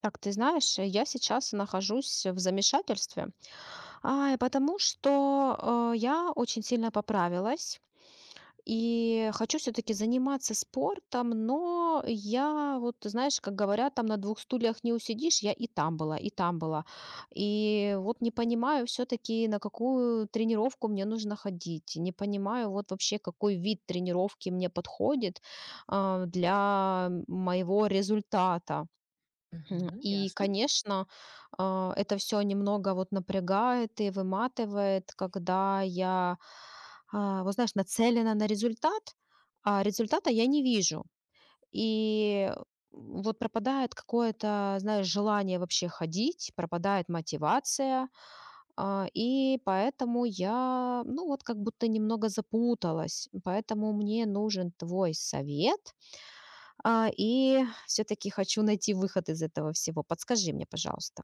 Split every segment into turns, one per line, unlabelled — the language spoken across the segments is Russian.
Так, ты знаешь, я сейчас нахожусь в замешательстве, потому что я очень сильно поправилась и хочу все-таки заниматься спортом, но я вот, ты знаешь, как говорят, там на двух стульях не усидишь, я и там была, и там была. И вот не понимаю все-таки, на какую тренировку мне нужно ходить, не понимаю вот вообще, какой вид тренировки мне подходит для моего результата.
Мгм.
И,
Ясно.
конечно, это все немного вот напрягает и выматывает, когда я, вот знаешь, нацелена на результат, а результата я не вижу. И вот пропадает какое-то, знаешь, желание вообще ходить, пропадает мотивация, и поэтому я, ну вот как будто немного запуталась, поэтому мне нужен твой совет, и все таки хочу найти выход из этого всего. Подскажи мне, пожалуйста.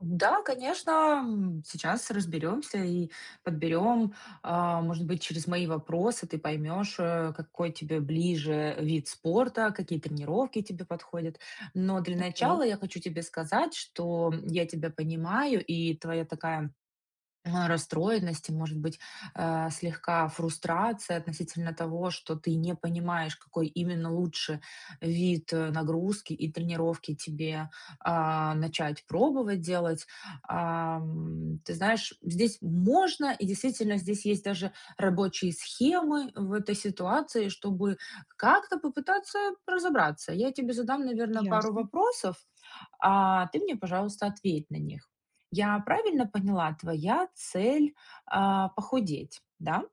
Да, конечно, сейчас разберемся и подберем. Может быть, через мои вопросы ты поймешь, какой тебе ближе вид спорта, какие тренировки тебе подходят. Но для
Окей,
начала я хочу тебе сказать, что я тебя понимаю, и твоя такая расстроенность может быть, слегка фрустрация относительно того, что ты не понимаешь, какой именно лучше вид нагрузки и тренировки тебе начать пробовать делать. Ты знаешь, здесь можно, и действительно здесь есть даже рабочие схемы в этой ситуации, чтобы как-то попытаться разобраться. Я тебе задам, наверное, пару
ясно.
вопросов, а ты мне, пожалуйста, ответь на них. Я правильно поняла, твоя цель, похудеть, да?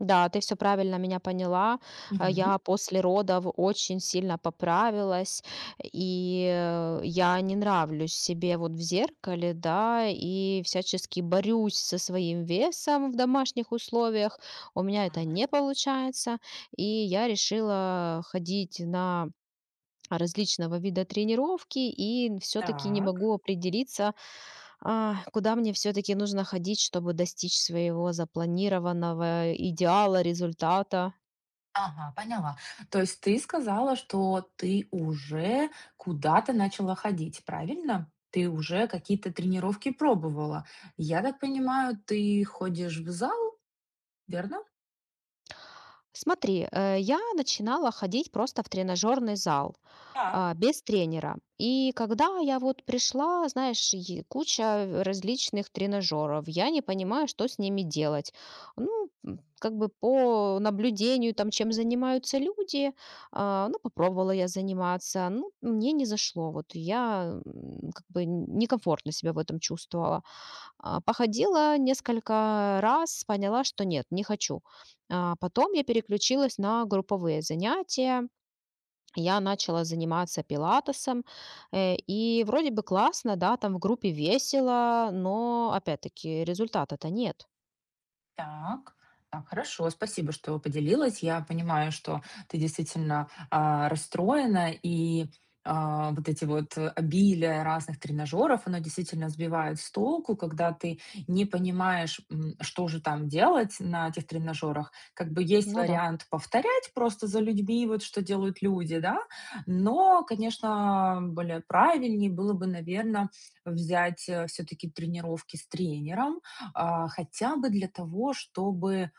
Да, ты все правильно меня поняла.
Мгм.
Я после родов очень сильно поправилась, и я не нравлюсь себе вот в зеркале, да, и всячески борюсь со своим весом в домашних условиях. У меня это
Мгм.
не получается, и я решила ходить на различного вида тренировки, и все таки не
Так.
могу определиться, куда мне все-таки нужно ходить, чтобы достичь своего запланированного идеала, результата?
Ага, поняла. То есть ты сказала, что ты уже куда-то начала ходить, правильно? Ты уже какие-то тренировки пробовала. Я так понимаю, ты ходишь в зал, верно?
Смотри, я начинала ходить просто в тренажерный зал,
Да.
без тренера. И когда я вот пришла, знаешь, и куча различных тренажеров, я не понимаю, что с ними делать. Ну, как бы по наблюдению, там, чем занимаются люди, ну, попробовала я заниматься, ну, мне не зашло, вот я как бы некомфортно себя в этом чувствовала. Походила несколько раз, поняла, что нет, не хочу. Потом я переключилась на групповые занятия. Я начала заниматься пилатесом, и вроде бы классно, да, там в группе весело, но опять-таки результата-то нет.
Так, так, хорошо. Спасибо, что поделилась. Я понимаю, что ты действительно расстроена, и вот эти вот обилия разных тренажеров, оно действительно сбивает с толку, когда ты не понимаешь, что же там делать на этих тренажерах. Как бы есть
Ну да,
вариант повторять просто за людьми, вот что делают люди, да, но, конечно, более правильнее было бы, наверное, взять все-таки тренировки с тренером, хотя бы для того, чтобы,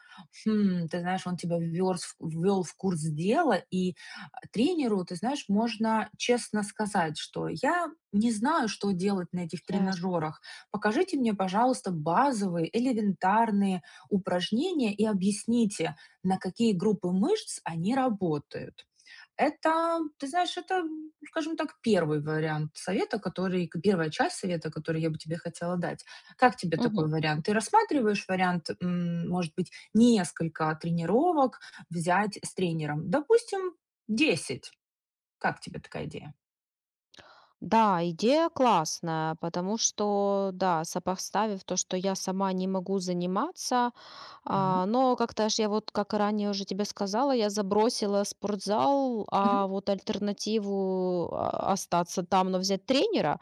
ты знаешь, он тебя ввёрз в ввёл в курс дела. И, тренеру, ты знаешь, можно честно сказать, что я не знаю, что делать на этих
ясно.
тренажерах. Покажите мне, пожалуйста, базовые, элементарные упражнения и объясните, на какие группы мышц они работают. Это, ты знаешь, это, скажем так, первый вариант совета, который первая часть совета, который я бы тебе хотела дать. Как тебе
Мгм.
такой вариант? Ты рассматриваешь вариант, может быть, несколько тренировок взять с тренером? Допустим, 10. Как тебе такая идея?
Да, идея классная, потому что, да, сопоставив то, что я сама не могу заниматься,
Так.
но как-то ж я вот, как ранее уже тебе сказала, я забросила спортзал, а вот альтернативу а, остаться там, но взять тренера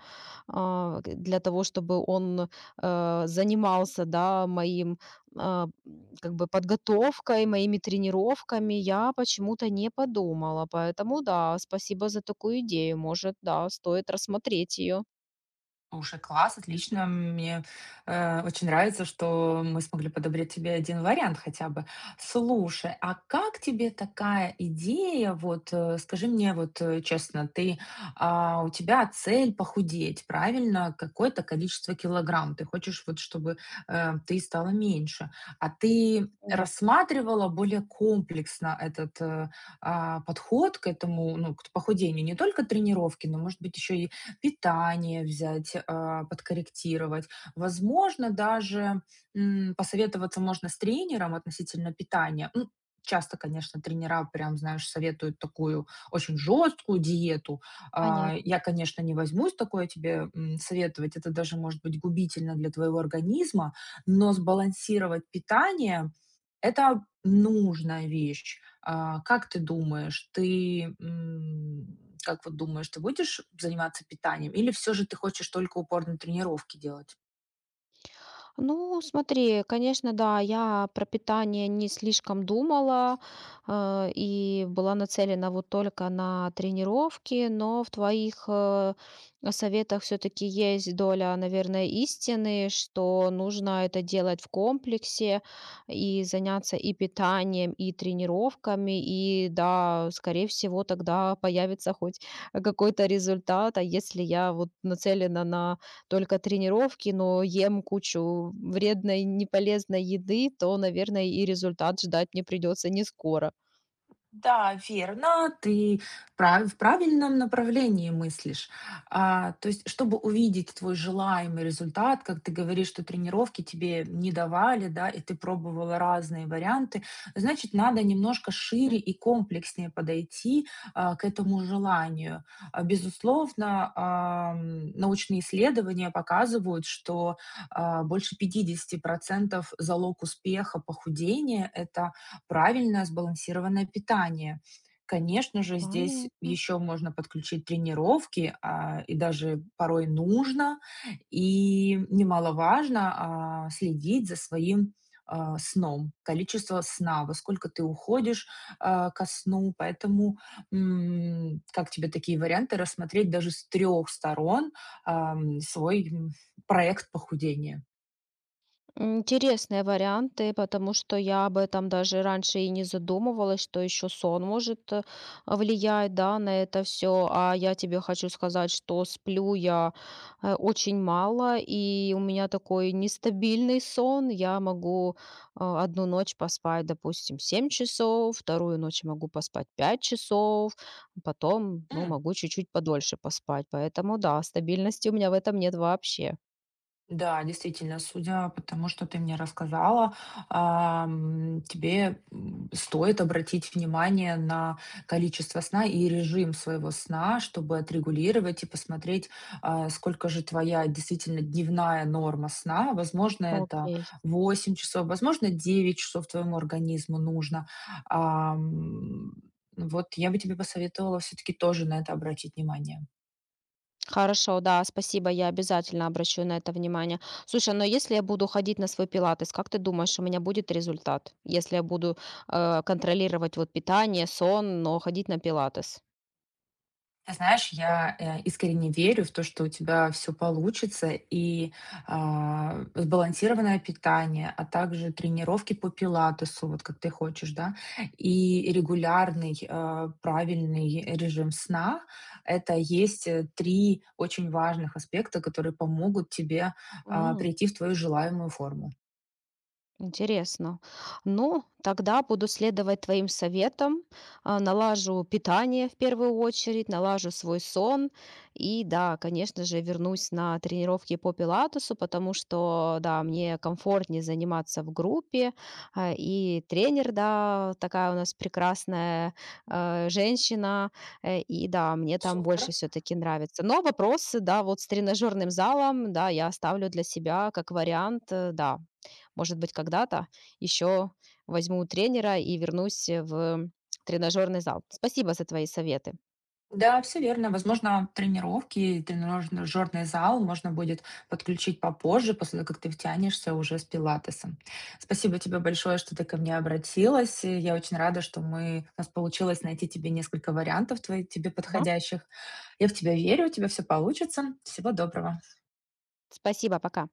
для того, чтобы он занимался, да, моим а, как бы подготовкой, моими тренировками я почему-то не подумала. Поэтому да, спасибо за такую идею. Может, да, стоит рассмотреть ее.
Слушай, класс, отлично. Мне, очень нравится, что мы смогли подобрать тебе один вариант хотя бы. Слушай, а как тебе такая идея? Вот, скажи мне вот, честно, ты, у тебя цель похудеть, правильно? Какое-то количество килограмм. Ты хочешь вот, чтобы, ты стала меньше. А ты
Да,
рассматривала более комплексно этот, подход к этому, ну, к похудению? Не только тренировки, но, может быть, еще питание взять, подкорректировать. Возможно, даже, посоветоваться можно с тренером относительно питания. Ну, часто, конечно, тренера прям, знаешь, советуют такую очень жесткую диету. А,
понятно.
я, конечно, не возьмусь такое тебе, советовать. Это даже может быть губительно для твоего организма. Но сбалансировать питание это нужная вещь. А, как ты думаешь, ты, как вот думаешь, ты будешь заниматься питанием или все же ты хочешь только упор на тренировки делать?
Ну, смотри, конечно, да, я про питание не слишком думала, и была нацелена вот только на тренировки, но в твоих советах все-таки есть доля, наверное, истины, что нужно это делать в комплексе и заняться и питанием, и тренировками, и да, скорее всего, тогда появится хоть какой-то результат, а если я вот нацелена на только тренировки, но ем кучу вредной, неполезной еды, то, наверное, и результат ждать мне придется не скоро.
Да, верно, ты прав в правильном направлении мыслишь. А, то есть, чтобы увидеть твой желаемый результат, как ты говоришь, что тренировки тебе не давали, да, и ты пробовала разные варианты, значит, надо немножко шире
М,
и комплекснее подойти к этому желанию. А, безусловно, научные исследования показывают, что больше 50% залог успеха похудения — это правильное сбалансированное питание. Конечно же, здесь
Понятно.
еще можно подключить тренировки, и даже порой нужно. И немаловажно, следить за своим, сном, количество сна, во сколько ты уходишь, ко сну. Поэтому, как тебе такие варианты рассмотреть даже с трех сторон, свой, проект похудения?
Интересные варианты, потому что я об этом даже раньше и не задумывалась, что еще сон может влиять, да, на это все. А я тебе хочу сказать, что сплю я очень мало, и у меня такой нестабильный сон. Я могу одну ночь поспать, допустим, 7 часов, вторую ночь могу поспать 5 часов, потом, ну, могу чуть-чуть подольше поспать. Поэтому, да, стабильности у меня в этом нет вообще.
Да, действительно, судя по тому, что ты мне рассказала, тебе стоит обратить внимание на количество сна и режим своего сна, чтобы отрегулировать и посмотреть, сколько же твоя действительно дневная норма сна. Возможно, это
Окей.
8 часов, возможно, 9 часов твоему организму нужно. Ам, Вот я бы тебе посоветовала все-таки тоже на это обратить внимание.
Хорошо, да, спасибо, я обязательно обращу на это внимание. Слушай, но если я буду ходить на свой пилатес, как ты думаешь, у меня будет результат? Если я буду контролировать вот питание, сон, но ходить на пилатес?
Ты знаешь, я, искренне верю в то, что у тебя все получится, и, сбалансированное питание, а также тренировки по пилатесу, вот как ты хочешь, да, и регулярный, правильный режим сна. Это есть, 3 очень важных аспекта, которые помогут тебе,
М.
прийти в твою желаемую форму.
Интересно. Ну, тогда буду следовать твоим советам, налажу питание в первую очередь, налажу свой сон и, да, конечно же, вернусь на тренировки по пилатесу, потому что, да, мне комфортнее заниматься в группе, и тренер, да, такая у нас прекрасная женщина, и, да, мне там
Супер.
больше все-таки нравится. Но вопросы, да, вот с тренажерным залом, да, я оставлю для себя как вариант, да. Может быть, когда-то еще возьму тренера и вернусь в тренажерный зал. Спасибо за твои советы.
Да, все верно. Возможно, тренировки и тренажерный зал можно будет подключить попозже, после того, как ты втянешься уже с пилатесом. Спасибо тебе большое, что ты ко мне обратилась. И я очень рада, что мы у нас получилось найти тебе несколько вариантов твои тебе
Мгм.
подходящих. Я в тебя верю, у тебя все получится. Всего доброго.
Спасибо, пока.